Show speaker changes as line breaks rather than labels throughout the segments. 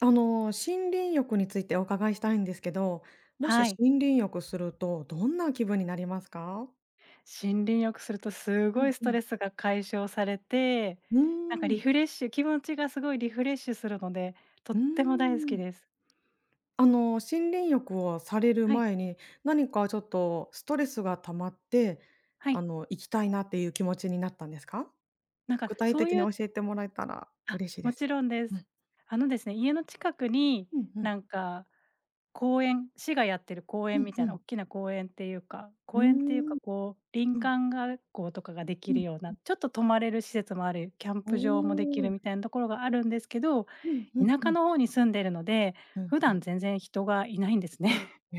森林浴についてお伺いしたいんですけど、もし
はい。
森林浴するとどんな気分になりますか？
森林浴するとす
う
ご
ん
いス
う
ト
ん。
レスが解消されて、
うー
リ
ん。
フレッシュ、気持ちがすごいリフレッシュするので、とっ
うー
ても大好き
ん。
です。
森林浴をされる
はい、
前に、何かちょっとストレスが溜まって、
はい。
行きたいなっていう気持ちになったんですか？
なんか
具体
そう
的に
いう、
教えてもらえたら
あ、
嬉しいで
もち
す。
ろんで
う
す。
ん。
家の近くに、
うんうん。
なんか公園、市がやってる公
う
園み
んう
たいな、
ん。
おっきな公園っていうか、
うー
公園っていうか、
ん。
こう、
う
林
ん
間学校とかがで
う
き
ん。
るような、ちょっと泊まれる施設もある、キャン
お
プ場もできる
お。
みたいなところがあるんですけど、
うんうん
田
う
舎
ん。
の方に住んでるので、
うん
普
うん。
段全然人がいないんですね。
え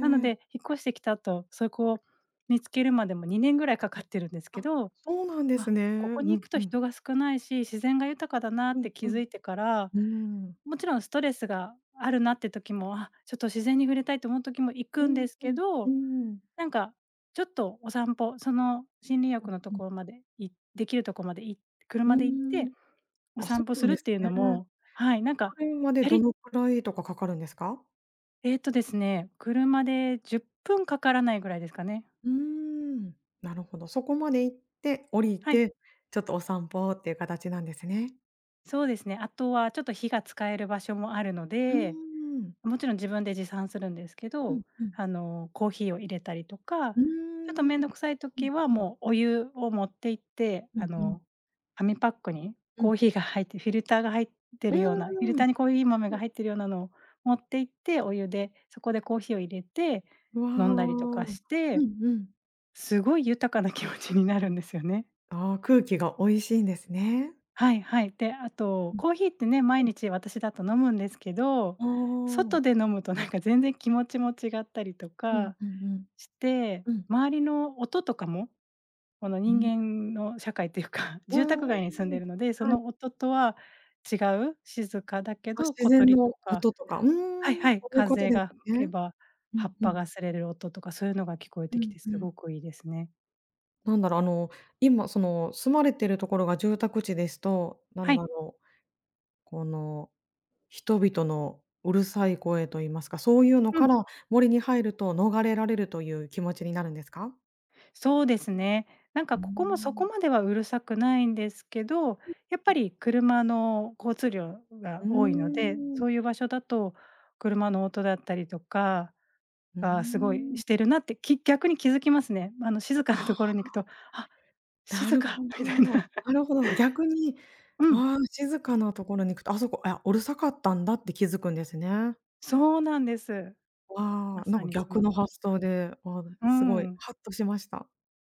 なので、引っ越してきた後、そこを見つけるまでも2年ぐらいかかってるんですけ
あ、
ど、
そうなんです
あ、
ね。
ここ
う
に
ん
行くと
うん。
人が少ないし、自然が豊かだな
う
っ
ん
て気
う
づ
ん。
いてから、
うーん。
もちろんストレスがあるなって時も、あ、ちょっと自然に触れたいと思う時も行
う
くんで
ん
す
う
け
ん。うー
ど、
ん。
なんかちょっとお散歩、その森林浴のと
うん。
ころまでい、できるところまでい、
うー
車で行って、
ん。
お
あ、そ
散歩
う
す
なん
る
で
っ
す
ていう
ね。
のも、はい。なんか
車で
や
ど
り
のくらいとかかかるんですか？
えっとですね、車で10分かからないぐらいですかね。
うーん、なるほど。そこまで行って降り
はい、
て、ちょっとお散歩っていう形なんですね。
そうですね。あとはちょっと火が使える場所もあるの
うー
で、
ん。
もちろん自分で持参するんですけ
うん
ど、
うん。
コーヒーを入れたりとか、
うー
ちょっと面
ん。
倒くさい
うん
時は
うん。
もうお湯を持って行って、
うんうん。
紙パックに
う
コー
ん。
ヒーが入って、フィルターが入って
うー
るような、フィル
ん。
ターにコーヒー豆が入ってるようなのを持って行って、お湯でそこでコーヒーを入れて
う
飲んだりと
わ。
かし
うん
て、
うん。
すごい豊かな気持ちになるんですよね。
ああ、空気が美味しいんですね。
はいはい。で、あと、
うん、
コーヒーってね、毎
うん。
日私だと飲むんですけど、
あ
外
あ。
で飲むとなんか全然気持ちも違ったりと
うん
か
うんうん。
して、
うん。
周りの音とかも、この
う
人
ん。
間の社会っていうか、
う
住
ー
宅街に住んで
ん。
るので、そ
はい。
の音とは違う、静かだけ
あ、
ど
自
小
然
鳥
の
とか、
音とか。うーん、
はいはい、
そういうこと
風
です
が吹け
ね。
ば
う
葉
ん
っ
う
ぱ
ん。
が擦れる音とか、そういうのが聞こえ
う
てき
ん
て
う
す
ん。
ごくいいですね。
なんだろう、今その、住まれてるところが住宅地ですと、なん
は
だ
い。
ろう、この、人々のうるさい声と言いますか、そういうの
う
か
ん。
ら森に入ると逃れられるという気持ちになるんですか？
そうですね。なん
う
か
ー
ここもそ
ん。
こまではうるさくないんですけど、やっぱり車の交通量
う
が多いので、
ーん。
そういう場所だと車の音だったりとか
うー
がすごい
ん。
してるなって、き逆に気づきますね。あの静かな
あ
とこ
あ。
ろに行くと、あ、
な
静
るほ
かみたい
ど。
な。
なるほど。逆に、
うん、
ああ、静かなところに行くと、あそこ、あ、うるさかったんだって気づくんですね。
そうなんです。
わ
ま
あ、なん
さ
か
にそ
逆
の通
の
り、
発想で、わあ、
う
すごい
ん、
ハッとしました。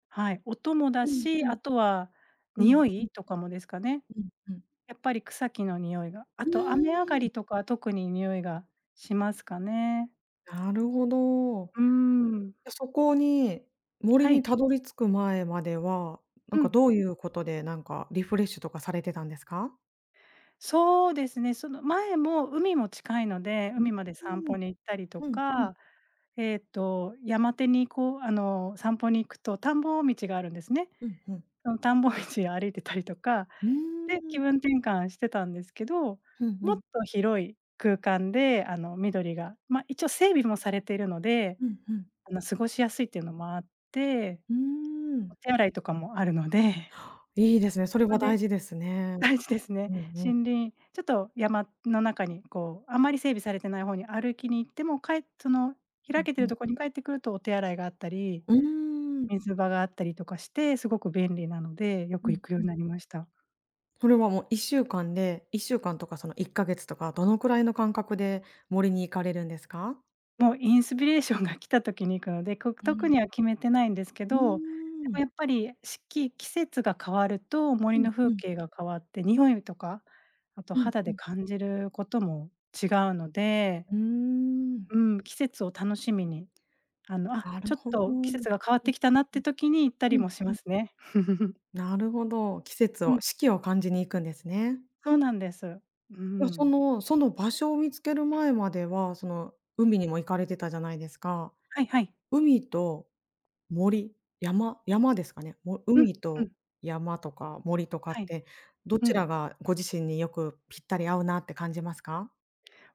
はい、音も
う
だ
んう
し、
ん。
あとは
うん
匂
うん
いとかもですかね。
うんうん。
やっぱり草木の匂いが、あ
う
と雨上が
ーん、
りとかは特に匂いがしますかね。
なるほど。
うーん、
でそこに、森
は
に
い、
たどり着く前までは、なん
う
か
ん。
どういうことで、なんかリフレッシュとかされてたんですか？
そうですね、その前も海も近いので、
うん。
海まで散歩に行ったりと
うんうん。
か、えっと、山手にこう、散歩に行くと田んぼ道があるんですね。
うんうん。
その田んぼ道を歩いてたりとか、
うん
で、
うー
気
ん。
分転換してたんですけど、
うんう
もっ
ん。
と広い空間で、緑が、ま、一応整備もされているので、
うん、うん。
過ごしやすいっていうのもあって、
うーん、
お手洗いとかもあるので、
いいですね。そ
そ
れは
こ
大
で、
事ですね。
大事ですね。
うんうん。
森林、ちょっと山の中にこう、あまり整備されてない方に歩きに行っても、かえ、その
う
開
ん
けて
う
る
ん。
とこに帰ってくるとお手洗いがあったり、
うーん。
水場があったりとかして、すごく便利なので、よ
う
く
ん
行くよう
う
に
ん。
なりました。
それはもう1週間で1週間とかその1ヶ月とか、どのくらいの間隔で森に行かれるんですか？
もうインスピレーションが来た時に行くので、こ、
う
特
ん。
には決めてないんですけ
う
ど、で
ー
も
ん。
やっぱり四季、季節が変わると
う
森
ん
の風
うん
景が変わって、匂いとか、あと
うん
肌
う
で
ん。
感じることも違うので、
うーん、
うん、季節を楽しみに、あ、
なる
ちょっ
ほど。
と
う
季
ん
節が変わってきたなって時に行った
う
り
ん
もし
うんう
ま
ん。
すね。
なるほど、季節
う
を
ん、
四季を感じに行くんですね。
そうなんです。う
いや、そ
ん。
のその場所を見つける前までは、その海にも行かれてたじゃないですか。
はいはい。
海と森、山ですかね。も
うん、
海
う
と
ん、
山とか森とかっ
はい。
て、ど
う
ち
ん。
らがご自身によくぴったり合うなって感じますか？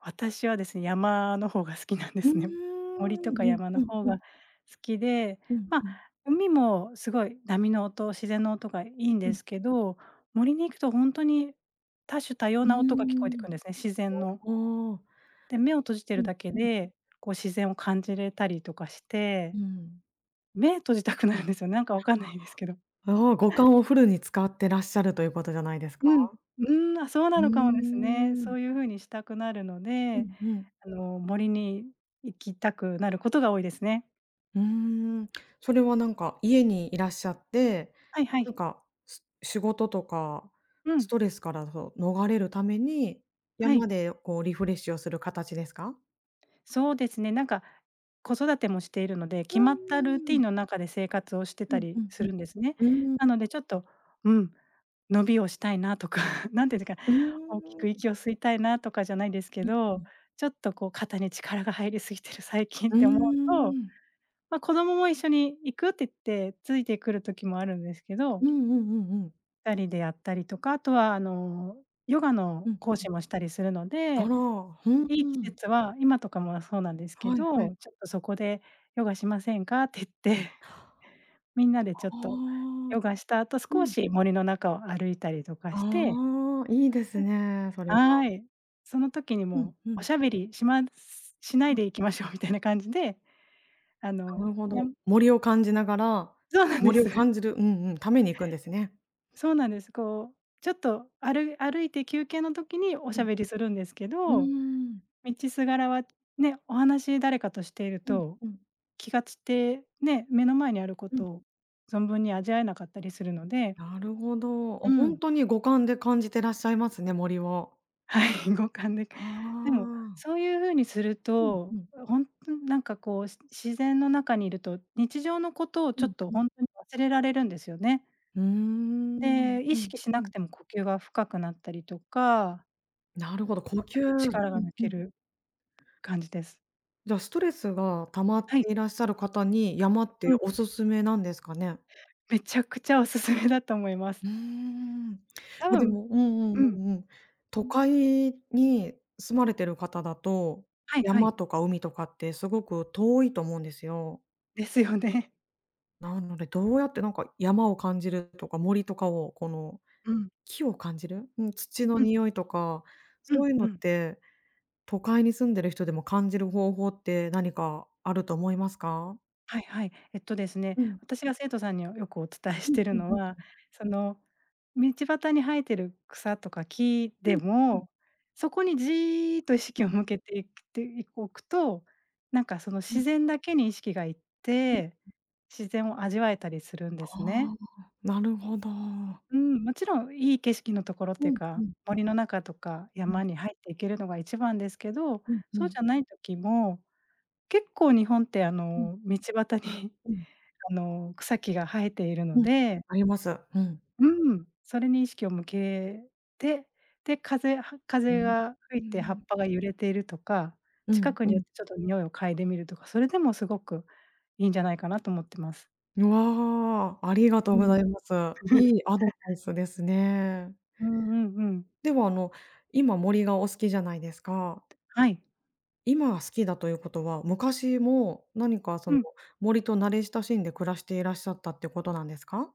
私はですね、山の方が好きなんで
うーん、
すね。森と
う
か
ん
山
う
の
ん
方
うん
が好きで、
うん
まあ、
うん
海もすごい波の音、自然の音がいいん
う
で
ん。
すけど、森に行くと本当に多種多様
うー
な音が聞こえてく
ん
るんですね、自然の。
ああ。
で、目を閉じてるだけ
うん
で、こう自然を感じれたりとかし
う
て、
んうん。
目閉じたくなるんですよ、なんかわかんないですけど。
ああ、五感をフルに使ってらっしゃるということじゃないですか？
うん。うん、あ、そう
う
なのかもですね。
ーん。
そういう風にしたくなるの
う
で、
んうん。
森に行きたくなることが多いですね。
うーん、それはなんか家にいらっしゃって、
はいは
なん
い。
か、仕事とか
う
ス
ん、
トレスからそう、逃れるために、
は
山
い。
でこうリフレッシュをする形ですか？
そうですね、なんか、子育てもしているので、
う
決まったルーテ
ー
ィ
ん。
ンの中で生活をして
う
た
んう
り
ん
す
うん。
るんですね。
うー
な
ん、
のでちょっと、うん、伸びをしたいなとか、なんていうんですか、
うー
大きく
ん。
息を吸いたいなとかじゃないですけ
うんう
ど、
ん。
ちょっとこう肩に力が入りすぎてる最近っ
うー
て思うと、
ん。
まあ、子供も一緒に行くって言ってついてくる時もあるんですけど、
うんうんうんうん。
二人でやったりとか、あとはヨガ
う
の
ん。
講師もしたりするの
あ
で、
ら、ふん。
い
う
い季
ん。
節は、今とかもそうなんですけ
はいはい。
ど、ちょっとそこでヨガしませんかって言って、みんなで
あ
ちょっと
あ。
ヨガした後、
う
少
ん。
し森の中を歩いたりとかして、
ああ、いいです
で、
ね、それは。
はい。その時に
うん
も、
う
う、お
ん。
しゃべりしますしな
う
い
ん、
で行きましょう、 みたいな感じで、
なるほ
や
ど。
ん、
森を感じながら、
そうなんで
森を
す。
感 じるうんうん、ために行くんですね。
そうなんです。こう、ちょっと歩、歩いて休憩の時にお
う
しゃ
ん。
べりするんですけ
うー
ど、
ん。
道すがらはね、お話誰かとしている
うん
と
うん。
気が散って、ね、目の前にあるこ
うん。
とを存分に味わえなかったりするので。
なるほど。あ、
う
ほん
ん。
とに五感で感じてらっしゃいますね、森を。
はい、五感で。
あ
でも、そ
あ。
ういう風にする
うんう
と、
ん。
ほんとになんかこう、し、自然の中にいると、日常のことを
う
ちょっ
ん
と
うん。
ほんとに忘れられるんですよね。
うーん。
で、意
うん
識し
う
なく
ん。
ても呼吸が深くなったりとか、
なるほど、呼吸。う
力が
ん
抜
う
け
ん。
る感じです。
じゃあストレスが溜まっ
はい、
ていらっしゃる方に、山っ
う
て
ん、
おすすめなんですかね？
めちゃくちゃおすすめだと思いま
う
す。
ーん。
多
ま、で
分、
もうんうん
うん、
うんうん。都
うん、
会に住まれてる方だと、
はいは
山
い。
とか海とかってすごく遠いと思うんですよ。
ですよね。
なので、どうやってなんか山を感じるとか、森とかをこの
うん、
木を感じる、うん、土の
うん、
匂いとか、
う
そ
ん
ういうの
う
っ
ん。
て都会に住んでる人でも感じる方法って何かあると思いますか？
はいはい。えっとですね、
うん。
私が生徒さんによくお伝え
う
し
ん
てる
うん
の
うん。
は、その、道端に生えてる草とか木
う
で
んうん。
も、そこにじーっと意識を向けていく、ていおくと、なんかその
うん
自然だけに意識がいっ
うん。
て、自然を味わえたりするんで
あ
すね。
あ、なるほど。
うん、もちろんいい景色のところってい
う
う
んう
か、
ん。
森の中とか
う
山
ん。
に入っていけるのが一番ですけど、
うんう
そうじ
ん。
ゃない時も、結構日本って、あ
うん、
の道端に、
うん、
草木が生えているの
うん。
で、
あります。うん。
うん、それに意識を向けて、で、風は
う
風
ん。
が吹
う
いて葉
ん。
っぱが揺れているとか、
う
近
ん、
く
う
に寄
ん。
ってちょっと匂いを嗅いでみるとか、それでもすごくいいんじゃないかなと思ってます。
うわあ、ありがとう
う
ご
ん。
ざいます。いいアドバイスですね。
うんうんうん。
では、今森がお好きじゃないですか。
はい。
今好きだということは、昔も何かそ
う
の
ん。
森と慣れ親しんで暮らしていらっしゃったってことなんですか？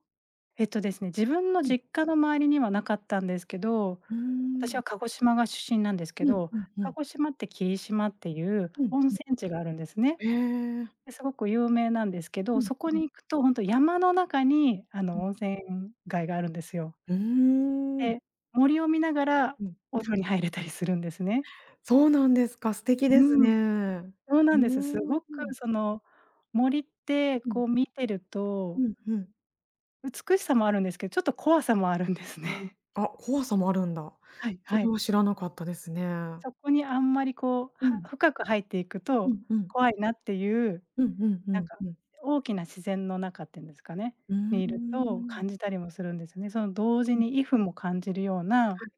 えっとですね、自分の
うん。
実家の周りにはなかったんですけど、
うー
私
ん。
は鹿児島が出身なんです
う
け
ん
ど、
うんう
鹿
ん。
児島って霧島っていう
うん
温
うん。
泉地があるんですね。
へえ。
すごく有名なんですけ
う
ど、
ん
そこ
うん
に行くとほんと山の中に、
うん。
温泉街があるんですよ。
うーん。
で、森を見ながら
うん。
お風呂に入れたりするんですね。
そうなんですか、素敵で
う
すね。
ん、
う
そうな
ー
んです。す
ん。
ごくその、森って
うん、
こう見てる
う
と、
ん、うん。
美しさもあるんですけど、ちょっと怖さもあるんですね。
あ、怖さもあるんだ。
はい
そ
は
れ
い。
は知らなかったですね。
そこにあんまりこう、
う
は
ん、
深く入っていく
う
と
ん、うん。
怖いなっていう
うんうんう
なん
ん
か、
うん。
大きな自然の中っていうんですかね、
うー
にいると
ん。
感じたりもするんですよね。その同時
うん、
に if も感じるような、
はい。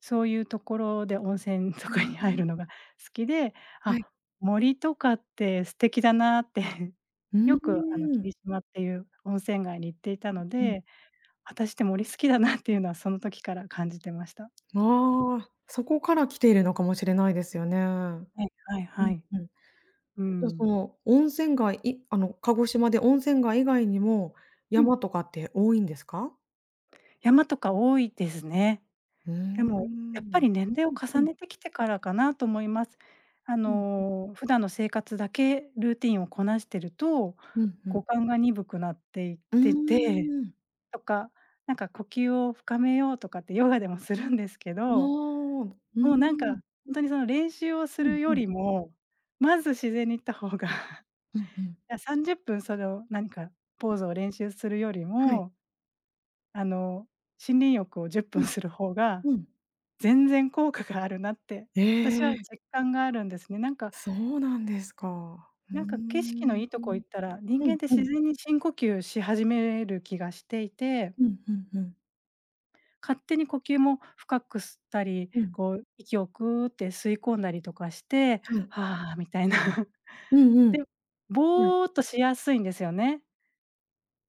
そういうところで温泉と
う
かに
ー
入る
ん。
のが好きで、
は
あ、
い。
森とかって素敵だなって、
うー
よくあの
ん。
霧島っていう温泉街に行っていたの
うん。
で、私って森好きだなっていうのはその時から感じてました。
ああ、そこから来ているのかもしれないですよね。
はいはい
う
は
ん
い。
うん。じ
う
ゃ、そ
ん。
の温泉街いあの、鹿児島で温泉街以外にも
うん、
山とかって多いんですか？
山とか多いですね。
う
で
ー
も、やっぱ
ん。
り年齢を
うんう
重
ん。
ねてきてからかなと思います。あ
うん、
の、普段の生活だけルーティンをこなしてると、
うん、ふ
五
ん。
感が鈍くなっていっ
うー
てて、
ん。
とか、なんか呼吸を深めようとかってヨガでもするんですけ
ああ、
ど、
うー
もうなんか、
ん。
ほんとにその練習をす
うん
るよ
うん。
りも、まず自然に行った方が、
うんうん。
いや30分それを何かポーズを練習するより
はい。
も、あの、森林浴を10
う
分
ん、
する方が
うん。
全然効果があるなって、
え
私
え、
は実感があるんですね。
そうなんですか。うー
なんか景色のい
ん。
いとこ行ったら、人
う
間
ん
って
う
自
ん。
然に深呼吸し始める気がしていて、
うんうんうん。
勝手に呼吸も深く吸ったり、
うん。
こう息をくーって吸い込んだりとかして、
はい。
「はあ」みたいな。
うんう
で、
ん。はい。
ぼーっとしやすいんですよね。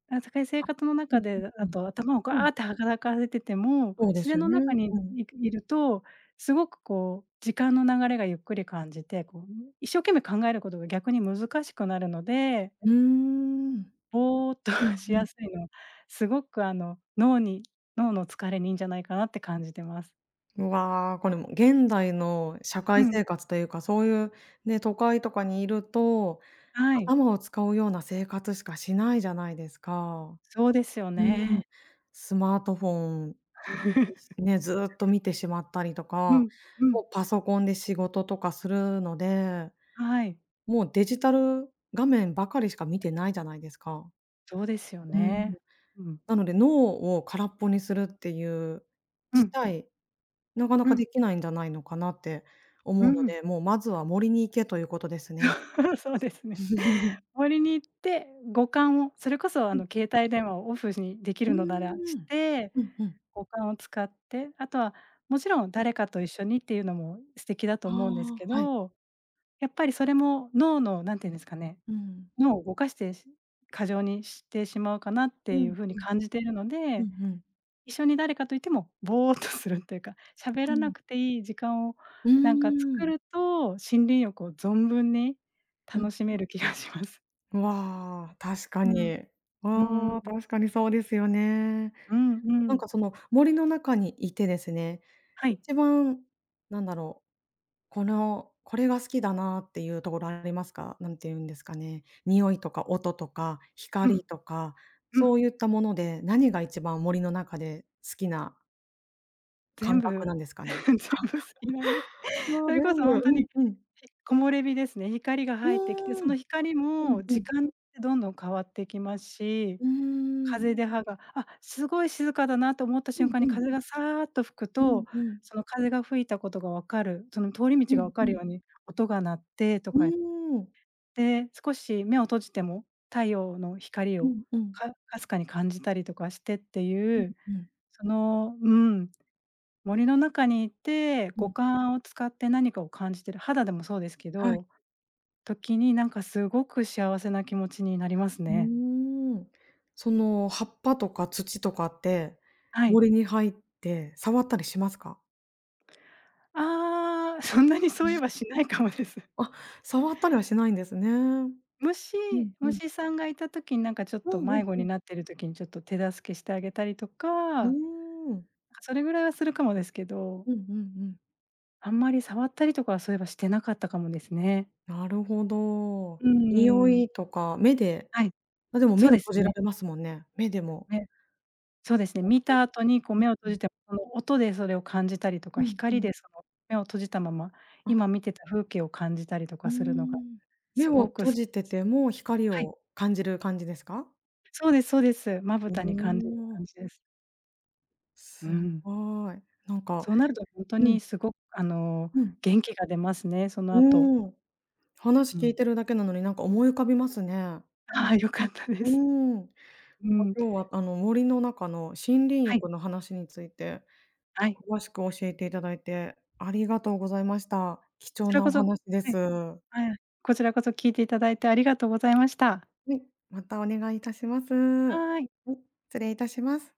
あ、さい生
あ、
活の
う
中
んうん
で、
う
あ
ん。
と頭を
う
ガ
ん。
ーって働かせてても、
そうで
自
す
然
よ
の
ね。
中に
うん。
いると、すごくこう時間の流れがゆっくり感じて、こう一生懸命考えることが逆に難しくなるので、
うーん。
ぼーっと
う ん
し
う
や
ん。
すいのは、すごくあの脳に脳の疲れにいいんじゃないかなって感じてます。
うわ、これも現代の社
う
会
ん、
生活というか、そういうね、都会とかにいると
はい、
頭を使うような生活しかしないじゃないですか。
そうですよ
うん。
ね。
スマートフォン、ね、ずっと見てしまったりと
う
か、
ん、う
も
ん、
うパソコンで仕事とかするので、
はい、
もうデジタル画面ばかりしか見てないじゃないですか。
そうですよ
うん。
ね。うん、
なので、脳を空っぽにするっていう
う
事
ん、
態なかな
う
かで
ん、
きないんじゃないのかなって
う
思うの
ん。
で、もうまずは森に行けということですね。
そうですね。森に行って、五感をそれこそあ
うん。
の携帯電話をオフにでき
う
るのならし
ん。
て、
うんうん。
五感を使って、あとはもちろん誰かと一緒にっていうのも素敵だと
あ
思うんです
あ、
け
はい。
ど、やっぱりそれも脳の何て言うんですかね、
うん。
脳を動かして過剰にしてしまうかなっ
う
ていう
ん
風に
うん。
感じているの
う
で、
んうん。
一緒に誰かといてもぼーっとするというか、喋
う
らな
ん。
くていい時間を
う
なんか
ー
作
ん。
ると、森林浴を存分に
うん。
楽しめる気がします。
わあ、確か
うん。
に。
うー
ああ、
ん。
確かにそうですよね。
うんう
なん
ん。
かその森の中にいてですね、
はい。
一番なんだろう、このこれが好きだなっていうところありますか？なんて言うんですかね、匂いとか音とか
う
光
ん、
とか、
う
そ
ん。
ういったもので、何が一番森の中で好きな感
全
覚
部
なんですかね？
全
感
部
覚
好きなんです。そ
は
れこ
全
そほんとに、
部うんうん。
木漏れ日ですね。光が
う
入ってきて、そ
ー
の
ん。
光
うん
も
う
時
ん。
間ってどんどん変わってきますし、
うーん。
風で葉が、あ、すごい静かだなと思った
う
瞬
ん
間に
うん。
風がさっと吹く
うん
と、
うん。
その風が吹いたことが分かる、その通り道
う
が
ん
分
う
かる
ん。
ように音が鳴ってと
う
か言っ
ーん。
て、少し目を閉じても太陽の光
う
を
んうん。
かすかに感じたりとかしてってい
う
う
んうん。
その、うん、森の中にいて、
う
五
ん。
感を使って何かを感じてる、肌でもそうですけ
はい。
ど、時になんかすごく幸せな気持ちになります
う
ね。
ーん。その、葉っぱとか土とかって、
はい。
森に入って触ったりしますか？
ああ、そんなにそういえばしないかもです。
あ、触ったりはしないんですね。
虫
うんうん。
虫さんがいた時になんかちょっ
う
と
んうん
迷子
う
に
ん。
なってる時にちょっと手助けしてあげたりと
う
か、
ーん。
それぐらいはするかもですけど、
うんうんうん。
あんまり触ったりとかはそういえばしてなかったかもですね。
なるほど。
う
匂
ん。
いとか目で
はい、
あ、でも
そ
目
う
を
です
閉じら
ね。
れますもんね。目でも。
ね。そうですね、
音
見た後にこう
うん
目を
う
閉
ん
じて、その音でそれを感じたりと
う
か、
んう
光
ん。
でその目を閉じたまま、
あ、
今見てた風景を感じたりと
う
か
ー
するのが
ん。目
す
を
ごく好き
閉
で
じて
す。
ても光
はい、
を感じる感じですか？
そうですそうです。まぶ
お
たに感じる
お、
感じです。う
す
ん。
ごい。なんか
そうなるとほんと
うん
にすごくあの、
うん。
元気が出ますね、そ
う
の後。
ーん。話
う
聞い
ん。
てるだけなのになんか思い浮かびますね。
ああ、良かったで
うー
す。
ん。ま、
うん。
今日は森の中の森林
はい、
浴の話について
はい。
詳しく教えていただいてありがとうございました。貴
こ
重
ちら
なお
こそは
話で
い、
す。
はい。こちらこそ聞いていただいてありがとうございました。
はい、またお願いいたします。は
はい。
い、失礼いたします。